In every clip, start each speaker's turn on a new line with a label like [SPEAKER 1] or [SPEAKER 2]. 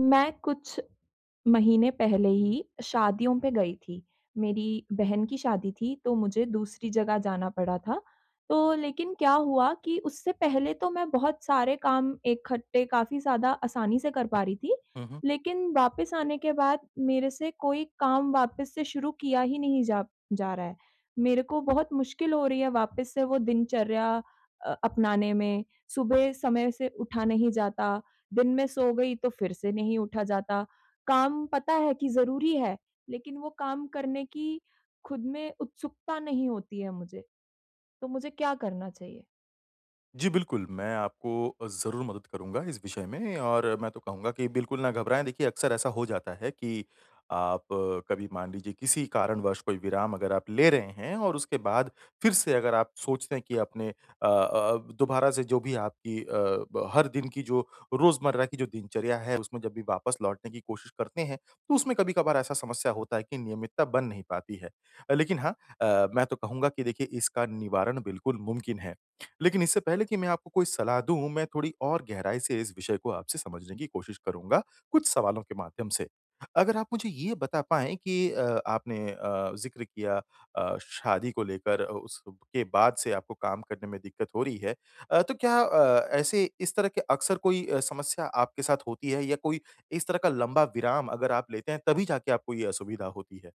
[SPEAKER 1] मैं कुछ महीने पहले ही शादियों पे गई थी। मेरी बहन की शादी थी, तो मुझे दूसरी जगह जाना पड़ा था। तो लेकिन क्या हुआ कि उससे पहले तो मैं बहुत सारे काम इकट्ठे काफ़ी ज़्यादा आसानी से कर पा रही थी,
[SPEAKER 2] हुँ, हुँ।
[SPEAKER 1] लेकिन वापस आने के बाद मेरे से कोई काम वापस से शुरू किया ही नहीं जा जा रहा है। मेरे को बहुत मुश्किल हो रही है वापस से वो दिनचर्या अपनाने में। सुबह समय से उठा नहीं जाता, दिन में सो गई तो फिर से नहीं उठा जाता। काम पता है कि ज़रूरी है, लेकिन वो काम करने की खुद में उत्सुकता नहीं होती है मुझे, तो मुझे क्या करना चाहिए?
[SPEAKER 2] जी, बिल्कुल, मैं आपको ज़रूर मदद करूँगा इस विषय में और मैं तो कहूँगा कि बिल्कुल ना घबराएँ। देखिए, अक्सर ऐसा हो जाता है कि आप कभी मान लीजिए किसी कारणवश कोई विराम अगर आप ले रहे हैं और उसके बाद फिर से अगर आप सोचते हैं कि अपने दोबारा से जो भी आपकी अ, ब हर दिन की जो रोज़मर्रा की जो दिनचर्या है, उसमें जब भी वापस लौटने की कोशिश करते हैं, तो उसमें कभी-कभार ऐसा समस्या होता है कि नियमितता बन नहीं पाती है। लेकिन हाँ मैं तो कहूँगा कि देखिए इसका निवारण बिल्कुल मुमकिन है। लेकिन इससे पहले कि मैं आपको कोई सलाह दूँ, मैं थोड़ी और गहराई से इस विषय को आपसे समझने की कोशिश करूँगा, कुछ सवालों के माध्यम से। अगर आप मुझे ये बता पाएँ कि आपने ज़िक्र किया शादी को लेकर उसके बाद से आपको काम करने में दिक्कत हो रही है। तो क्या ऐसे इस तरह के अक्सर कोई समस्या आपके साथ होती है या कोई इस तरह का लंबा विराम अगर आप लेते हैं, तभी जाके आपको ये असुविधा होती है?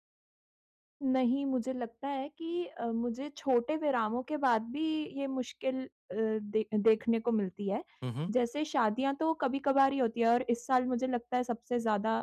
[SPEAKER 1] नहीं, मुझे लगता है कि मुझे छोटे विरामों के बाद भी ये मुश्किल अ, दे देखने को मिलती है।
[SPEAKER 2] हुँ, हुँ।
[SPEAKER 1] जैसे शादियाँ तो कभी-कभार ही होती है और इस साल मुझे लगता है सबसे ज़्यादा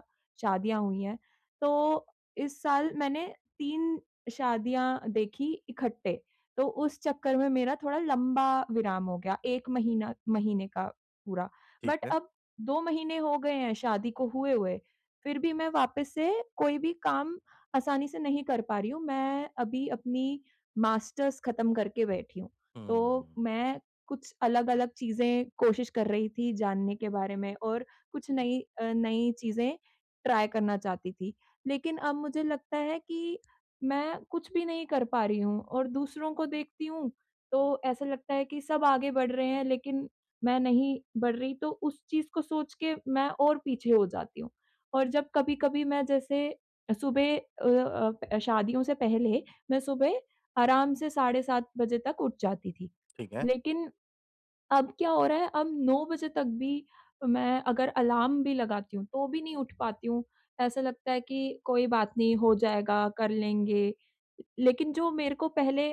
[SPEAKER 1] शादियाँ हुई हैं। तो इस साल मैंने 3 शादियाँ देखी इकट्ठे, तो उस चक्कर में मेरा थोड़ा लंबा विराम हो गया, 1 महीना, महीने का पूरा।
[SPEAKER 2] ठीक
[SPEAKER 1] बट
[SPEAKER 2] है।
[SPEAKER 1] अब 2 महीने हो गए हैं शादी को हुए हुए, फिर भी मैं वापस से कोई भी काम आसानी से नहीं कर पा रही हूँ। मैं अभी अपनी मास्टर्स खत्म करके बैठी हूँ। तो
[SPEAKER 2] हुँ,
[SPEAKER 1] मैं कुछ अलग-अलग चीज़ें कोशिश कर रही थी जानने के बारे में और कुछ नई चीज़ें ट्राई करना चाहती थी। लेकिन अब मुझे लगता है कि मैं कुछ भी नहीं कर पा रही हूँ और दूसरों को देखती हूँ, तो ऐसा लगता है कि सब आगे बढ़ रहे हैं, लेकिन मैं नहीं बढ़ रही, तो उस चीज़ को सोच के मैं और पीछे हो जाती हूँ। और जब कभी-कभी मैं जैसे सुबह अ अ, प शादियों से पहले मैं सुबह आराम से साढ़े 7 बजे तक उठ जाती थी।
[SPEAKER 2] ठीक है।
[SPEAKER 1] लेकिन अब क्या हो रहा है, अब 9 बजे तक भी मैं अगर अलार्म भी लगाती हूँ, तो भी नहीं उठ पाती हूँ। ऐसा लगता है कि कोई बात नहीं, हो जाएगा, कर लेंगे। लेकिन जो मेरे को पहले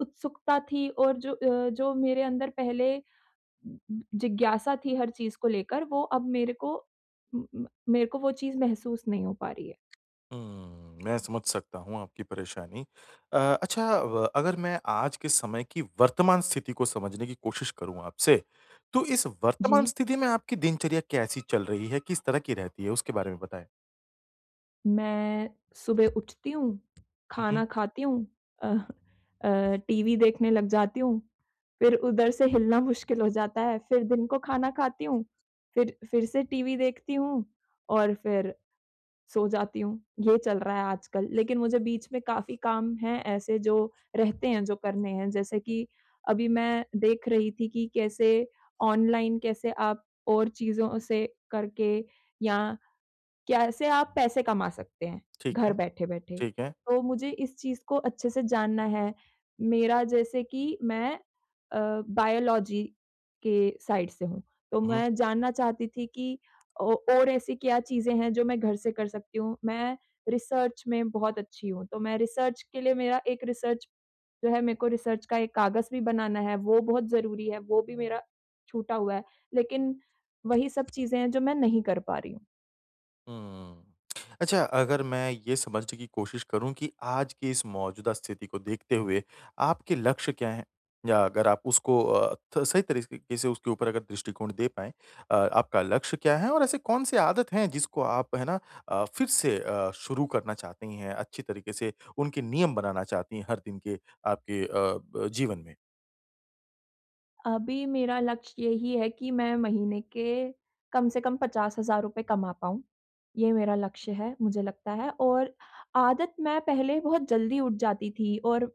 [SPEAKER 1] उत्सुकता थी और जो मेरे अंदर पहले जिज्ञासा थी हर चीज़ को लेकर, वो अब उम, मेरे को वो चीज़ महसूस नहीं हो पा रही है।
[SPEAKER 2] हुँ, मैं समझ सकता हूँ आपकी परेशानी। अच्छा व अगर मैं आज के समय की वर्तमान स्थिति को समझने की कोशिश करूँ आपसे, तो इस वर्तमान
[SPEAKER 1] जी।
[SPEAKER 2] स्थिति में आपकी दिनचर्या कैसी चल रही है? किस तरह की रहती है? उसके बारे में बताएँ।
[SPEAKER 1] मैं सुबह उठती हूँ,
[SPEAKER 2] हुँ, हुँ।
[SPEAKER 1] खाना खाती हूँ, अ टीवी देखने लग जाती हूँ, फिर उधर से हिलना मुश्किल हो जाता है, फिर दिन को खाना खाती हूँ, फिर से टीवी देखती हूँ और फिर सो जाती हूँ। ये चल रहा है आजकल, लेकिन मुझे बीच में काफ़ी काम हैं ऐसे जो रहते हैं, जो करने हैं। जैसे कि अभी मैं देख रही थी कि कैसे ऑनलाइन कैसे आप और चीज़ों से करके या कैसे आप पैसे कमा सकते हैं,
[SPEAKER 2] ठीक
[SPEAKER 1] घर
[SPEAKER 2] है,
[SPEAKER 1] बैठे-बैठे।
[SPEAKER 2] ठीक है।
[SPEAKER 1] तो मुझे इस चीज़ को अच्छे से जानना है। मेरा जैसे कि मैं अ, बायोलॉजी के साइड से हूँ, तो
[SPEAKER 2] हुँ।
[SPEAKER 1] मैं जानना चाहती थी कि औ और ऐसी क्या चीज़ें हैं जो मैं घर से कर सकती हूँ। मैं रिसर्च में बहुत अच्छी हूँ, तो मैं रिसर्च के लिए मेरा एक रिसर्च जो है मेरे को रिसर्च का एक कागज़ भी बनाना है, वो बहुत ज़रूरी है, वो भी मेरा छूटा हुआ है। लेकिन वही सब चीज़ें हैं जो मैं नहीं कर पा रही हूँ।
[SPEAKER 2] हुँ। अच्छा अगर मैं ये समझने की कोशिश करूँ कि आज की इस मौजूदा स्थिति को देखते हुए आपके लक्ष्य क्या हैं? या अगर आप उसको अ, थ सही तरीके से उसके ऊपर अगर दृष्टिकोण दे पाएँ आपका लक्ष्य क्या है? और ऐसे कौन-सी आदत हैं जिसको आप है ना फिर से शुरू करना चाहती हैं, अच्छी तरीके से उनके नियम बनाना चाहती हैं हर दिन के आपके अ, ब जीवन में?
[SPEAKER 1] अभी मेरा लक्ष्य यही है कि मैं महीने के कम से कम ₹50,000 कमा पाऊँ। ये मेरा लक्ष्य है, मुझे लगता है। और आदत, मैं पहले बहुत जल्दी उठ जाती थी और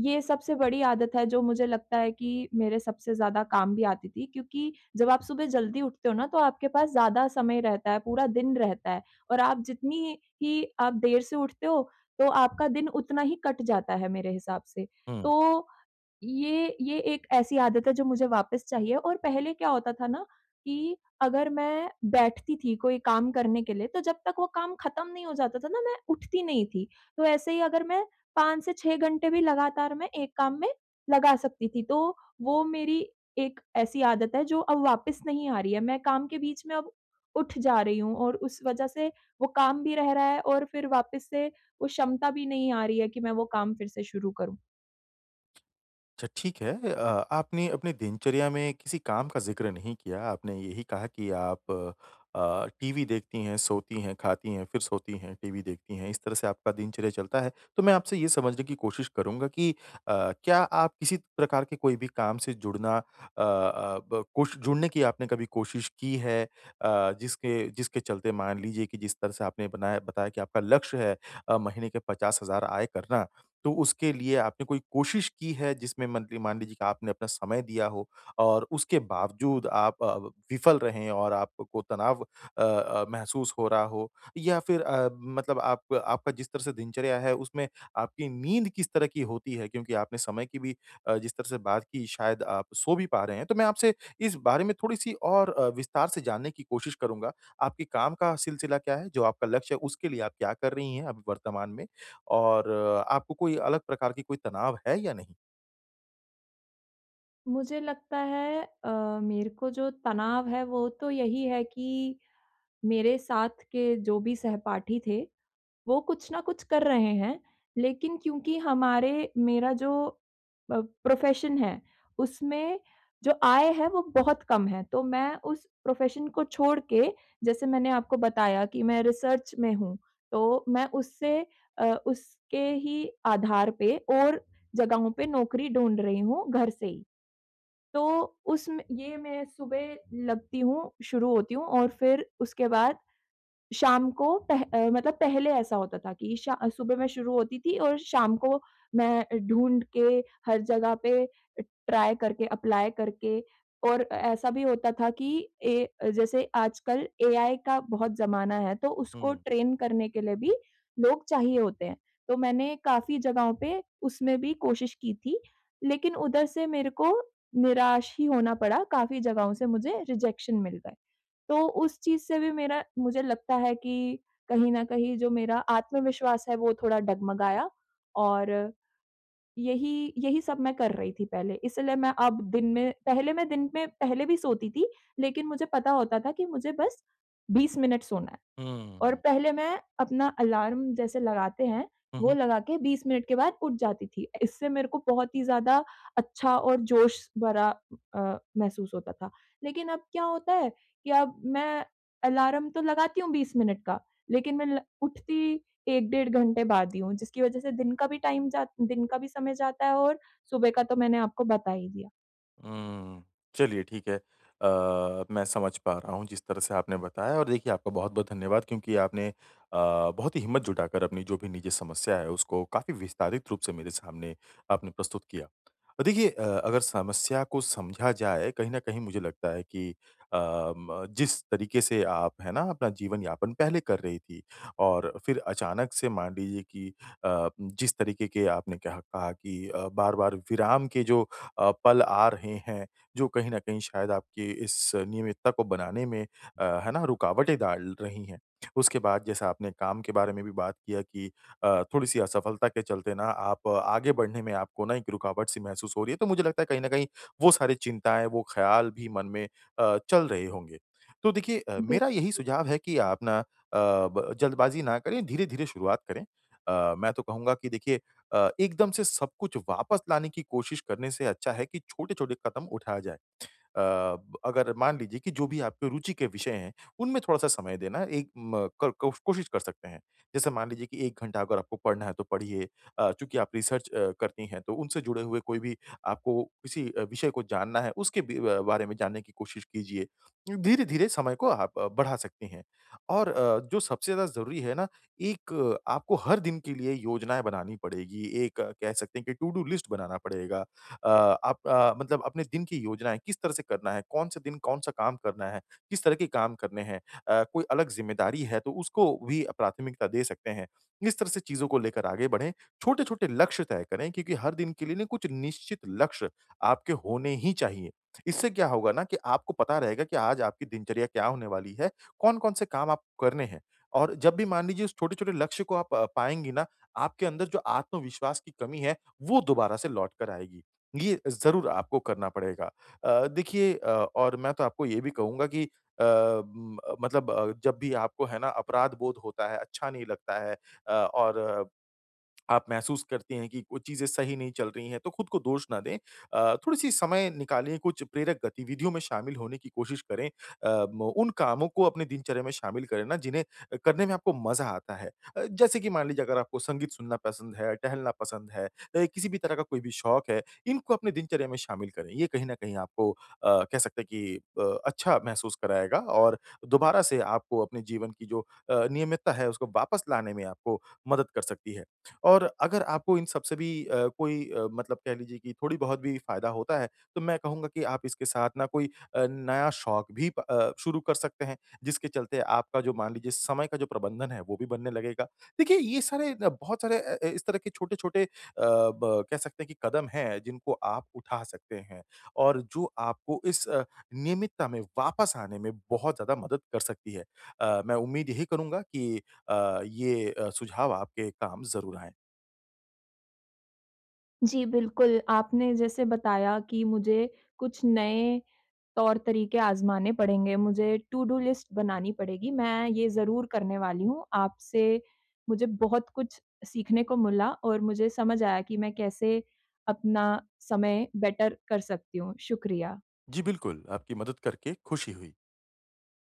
[SPEAKER 1] ये सबसे बड़ी आदत है जो मुझे लगता है कि मेरे सबसे ज़्यादा काम भी आती थी, क्योंकि जब आप सुबह जल्दी उठते हो ना तो आपके पास ज़्यादा समय रहता है, पूरा दिन रहता है और आप जितनी ही आप देर से उठते हो तो आपका दिन उतना ही कट जाता है मेरे हिसाब से।
[SPEAKER 2] हुँ।
[SPEAKER 1] तो ये एक ऐसी आदत है जो मुझे वापस चाहिए। और पहले क्या होता था ना कि अगर मैं बैठती थी कोई काम करने के लिए, तो जब तक वो काम खत्म नहीं हो जाता था ना, मैं उठती नहीं थी। तो ऐसे ही अगर मैं 5 से 6 घंटे भी लगातार मैं एक काम में लगा सकती थी। तो वो मेरी एक ऐसी आदत है जो अब वापस नहीं आ रही है। मैं काम के बीच में अब उठ जा रही हूँ और उस वजह से वो काम भी रह रहा है और फिर वापस से वो क्षमता भी नहीं आ रही है कि मैं वो काम फिर से शुरू करूँ।
[SPEAKER 2] अच्छा ठीक है। आपने अपनी दिनचर्या में किसी काम का ज़िक्र नहीं किया। आपने यही कहा कि आप टीवी देखती हैं, सोती हैं, खाती हैं, फिर सोती हैं, टीवी देखती हैं। इस तरह से आपका दिनचर्या चलता है। तो मैं आपसे ये समझने की कोशिश करूँगा कि क्या आप किसी प्रकार के कोई भी काम से जुड़ना अ अ, ब कोश जुड़ने की आपने कभी कोशिश की है? अ, जिसके जिसके चलते मान लीजिए कि जिस तरह से आपने बनाया बताया कि आपका लक्ष्य है महीने के 50,000 आय करना। तो उसके लिए आपने कोई कोशिश की है जिसमें मंथली मान लीजिए कि आपने अपना समय दिया हो और उसके बावजूद आप विफल रहे और आपको तनाव महसूस हो रहा हो या फिर मतलब आप आपका जिस तरह से दिनचर्या है उसमें आपकी नींद किस तरह की होती है क्योंकि आपने समय की भी जिस तरह से बात की शायद आप सो भी पा रहे हैं तो मैं आपसे इस बारे में थोड़ी सी और विस्तार से जानने की कोशिश करूंगा आपके काम का सिलसिला क्या है जो आपका लक्ष्य है उसके लिए आप क्या कर रही हैं अभी वर्तमान में और आपको कोई अलग प्रकार की कोई तनाव है या नहीं?
[SPEAKER 1] मुझे लगता है मेरे को जो तनाव है वो तो यही है कि मेरे साथ के जो भी सहपाठी थे वो कुछ ना कुछ कर रहे हैं। लेकिन क्योंकि हमारे मेरा जो प्रोफ़ेशन है उसमें जो आय है वो बहुत कम है। तो मैं उस प्रोफ़ेशन को छोड़ के, जैसे मैंने आपको बताया कि मैं रिसर्च में हूँ, तो मैं उसके ही आधार पे और जगहों पे नौकरी ढूँढ रही हूँ घर से ही। तो उसमें ये मैं सुबह लगती हूँ, शुरू होती हूँ और फिर उसके बाद शाम को मतलब पहले ऐसा होता था कि शा सुबह मैं शुरू होती थी और शाम को मैं ढूँढ के हर जगह पे ट्राई करके, अप्लाई करके। और ऐसा भी होता था कि ए जैसे आजकल एआई का बहुत ज़माना है, तो उसको
[SPEAKER 2] हुँ।
[SPEAKER 1] ट्रेन करने के लिए भी लोग चाहिए होते हैं। तो मैंने काफ़ी जगहों पे उसमें भी कोशिश की थी, लेकिन उधर से मेरे को निराश ही होना पड़ा, काफ़ी जगहों से मुझे रिजेक्शन मिल गए। तो उस चीज़ से भी मेरा मुझे लगता है कि कहीं न कहीं जो मेरा आत्मविश्वास है वो थोड़ा डगमगाया। और यही यही सब मैं कर रही थी पहले। इसलिए मैं दिन में पहले भी सोती थी, लेकिन मुझे पता होता था कि मुझे बस 20 मिनट सोना है।
[SPEAKER 2] हुँ, हुँ,
[SPEAKER 1] और
[SPEAKER 2] हुँ,
[SPEAKER 1] पहले मैं अपना अलार्म, जैसे लगाते हैं, वो
[SPEAKER 2] हुँ,
[SPEAKER 1] लगा के 20 मिनट के बाद उठ जाती थी। इससे मेरे को बहुत ही ज़्यादा अच्छा और जोश भरा महसूस होता था। लेकिन अब क्या होता है कि अब मैं अलार्म तो लगाती हूँ 20 मिनट का, लेकिन मैं ल उठती 1 डेढ़ घंटे बाद ही हूँ, जिसकी वज़ह से दिन का भी समय जाता है और सुबह का तो मैंने आपको बता ही दिया।
[SPEAKER 2] हुँ। चलिए ठीक है। मैं समझ पा रहा हूँ जिस तरह से आपने बताया और देखिए आपका बहुत-बहुत धन्यवाद क्योंकि आपने बहुत ही हिम्मत जुटाकर अपनी जो भी निजी समस्या है उसको काफ़ी विस्तारित रूप से मेरे सामने आपने प्रस्तुत किया। देखिए अगर समस्या को समझा जाए कहीं न कहीं मुझे लगता है कि अ, म जिस तरीके से आप है ना अपना जीवन-यापन पहले कर रही थी और फिर अचानक से मान लीजिए कि जिस तरीके के आपने कहा कहा कि बार-बार विराम के जो पल आ रहे हैं, जो कहीं न कहीं शायद आपकी इस नियमितता को बनाने में है ना, रुकावटें डाल रही हैं। उसके बाद जैसा आपने काम के बारे में भी बात किया कि थोड़ी-सी असफलता के चलते ना आप आगे बढ़ने में आपको ना एक रुकावट-सी महसूस हो रही है, तो मुझे लगता है कहीं न कहीं वो सारी चिंताएँ, वो ख़्याल भी मन में चल रहे होंगे। तो देखिए
[SPEAKER 1] बि
[SPEAKER 2] मेरा यही सुझाव है कि आप ना अ, ब जल्दबाज़ी ना करें, धीरे-धीरे शुरुआत करें। मैं तो कहूँगा कि देखिए एकदम से सब कुछ वापस लाने की कोशिश करने से अच्छा है कि छोटे-छोटे कदम उठाया जाए। अ, अगर मान लीजिए कि जो भी आपके रुचि के विषय हैं, उनमें थोड़ा-सा समय देना एक म क को कोशिश कर सकते हैं। जैसे मान लीजिए कि 1 घंटा अगर आपको पढ़ना है तो पढ़िए चूँकि आप रिसर्च करती हैं तो उनसे जुड़े हुए कोई भी आपको किसी विषय को जानना है उसके बारे में जानने की कोशिश कीजिए। धीरे-धीरे समय को आप बढ़ा सकती हैं। और जो सबसे ज़्यादा ज़रूरी है ना, एक आपको हर दिन के लिए योजनाएँ बनानी पड़ेगी, एक कह सकते हैं कि टू-डू लिस्ट बनाना पड़ेगा। आप मतलब अपने दिन की योजनाएँ किस तरह से करना है? कौन से दिन कौन सा काम करना है? किस तरह के काम करने हैं? कोई अलग ज़िम्मेदारी है तो उसको भी प्राथमिकता दे सकते हैं। इस तरह से चीज़ों को लेकर आगे बढ़ें, छोटे-छोटे लक्ष्य तय करें क्योंकि हर दिन के लिए ना कुछ निश्चित लक्ष्य आपके होने ही चाहिए। इससे क्या होगा ना कि आपको पता रहेगा कि आज आपकी दिनचर्या क्या होने वाली है, कौन-कौन से काम आप करने हैं। और जब भी मान लीजिए उस छोटे-छोटे लक्ष्य को आप पाएँगी ना, आपके अंदर जो आत्मविश्वास की कमी है, वो दोबारा से लौट कर आएगी। ये ज़रूर आपको करना पड़ेगा। देखिए और मैं तो आपको ये भी कहूँगा कि अ, म मतलब जब भी आपको है ना अपराध बोध होता है, अच्छा नहीं लगता है और आप महसूस करते हैं कि कुछ चीज़ें सही नहीं चल रही हैं, तो खुद को दोष ना दें। थोड़ी-सी समय निकालिए, कुछ प्रेरक गतिविधियों में शामिल होने की कोशिश करें। अ, म उन कामों को अपने दिनचर्या में शामिल करें ना, जिन्हें करने में आपको मज़ा आता है। जैसे कि मान लीजिए अगर आपको संगीत सुनना पसंद है, टहलना पसंद है, किसी भी तरह का कोई भी शौक है, इनको अपने दिनचर्या में शामिल करें। ये कहीं न कहीं आपको कह सकते हैं कि अच्छा महसूस कराएगा और दोबारा से आपको अपने जीवन की जो नियमितता है, उसको वापस लाने में आपको मदद कर सकती है। और अगर आपको इन सब से भी कोई मतलब कह लीजिए कि थोड़ी बहुत भी फ़ायदा होता है, तो मैं कहूँगा कि आप इसके साथ ना कोई नया शौक भी शुरू कर सकते हैं, जिसके चलते आपका जो मान लीजिए समय का जो प्रबंधन है, वो भी बनने लगेगा। देखिए, ये सारे न बहुत सारे इस तरह के छोटे-छोटे अ, ब कह सकते हैं कि कदम हैं, जिनको आप उठा सकते हैं और जो आपको इस नियमितता में वापस आने में बहुत ज़्यादा मदद कर सकती है। मैं उम्मीद यही करूँगा कि ये सुझाव आपके काम ज़रूर आएँ।
[SPEAKER 1] जी, बिल्कुल, आपने जैसे बताया कि मुझे कुछ नए तौर-तरीके आज़माने पड़ेंगे, मुझे टू डू लिस्ट बनानी पड़ेगी, मैं ये ज़रूर करने वाली हूँ। आपसे मुझे बहुत कुछ सीखने को मिला और मुझे समझ आया कि मैं कैसे अपना समय बेटर कर सकती हूँ। शुक्रिया।
[SPEAKER 2] जी बिल्कुल, आपकी मदद करके खुशी हुई।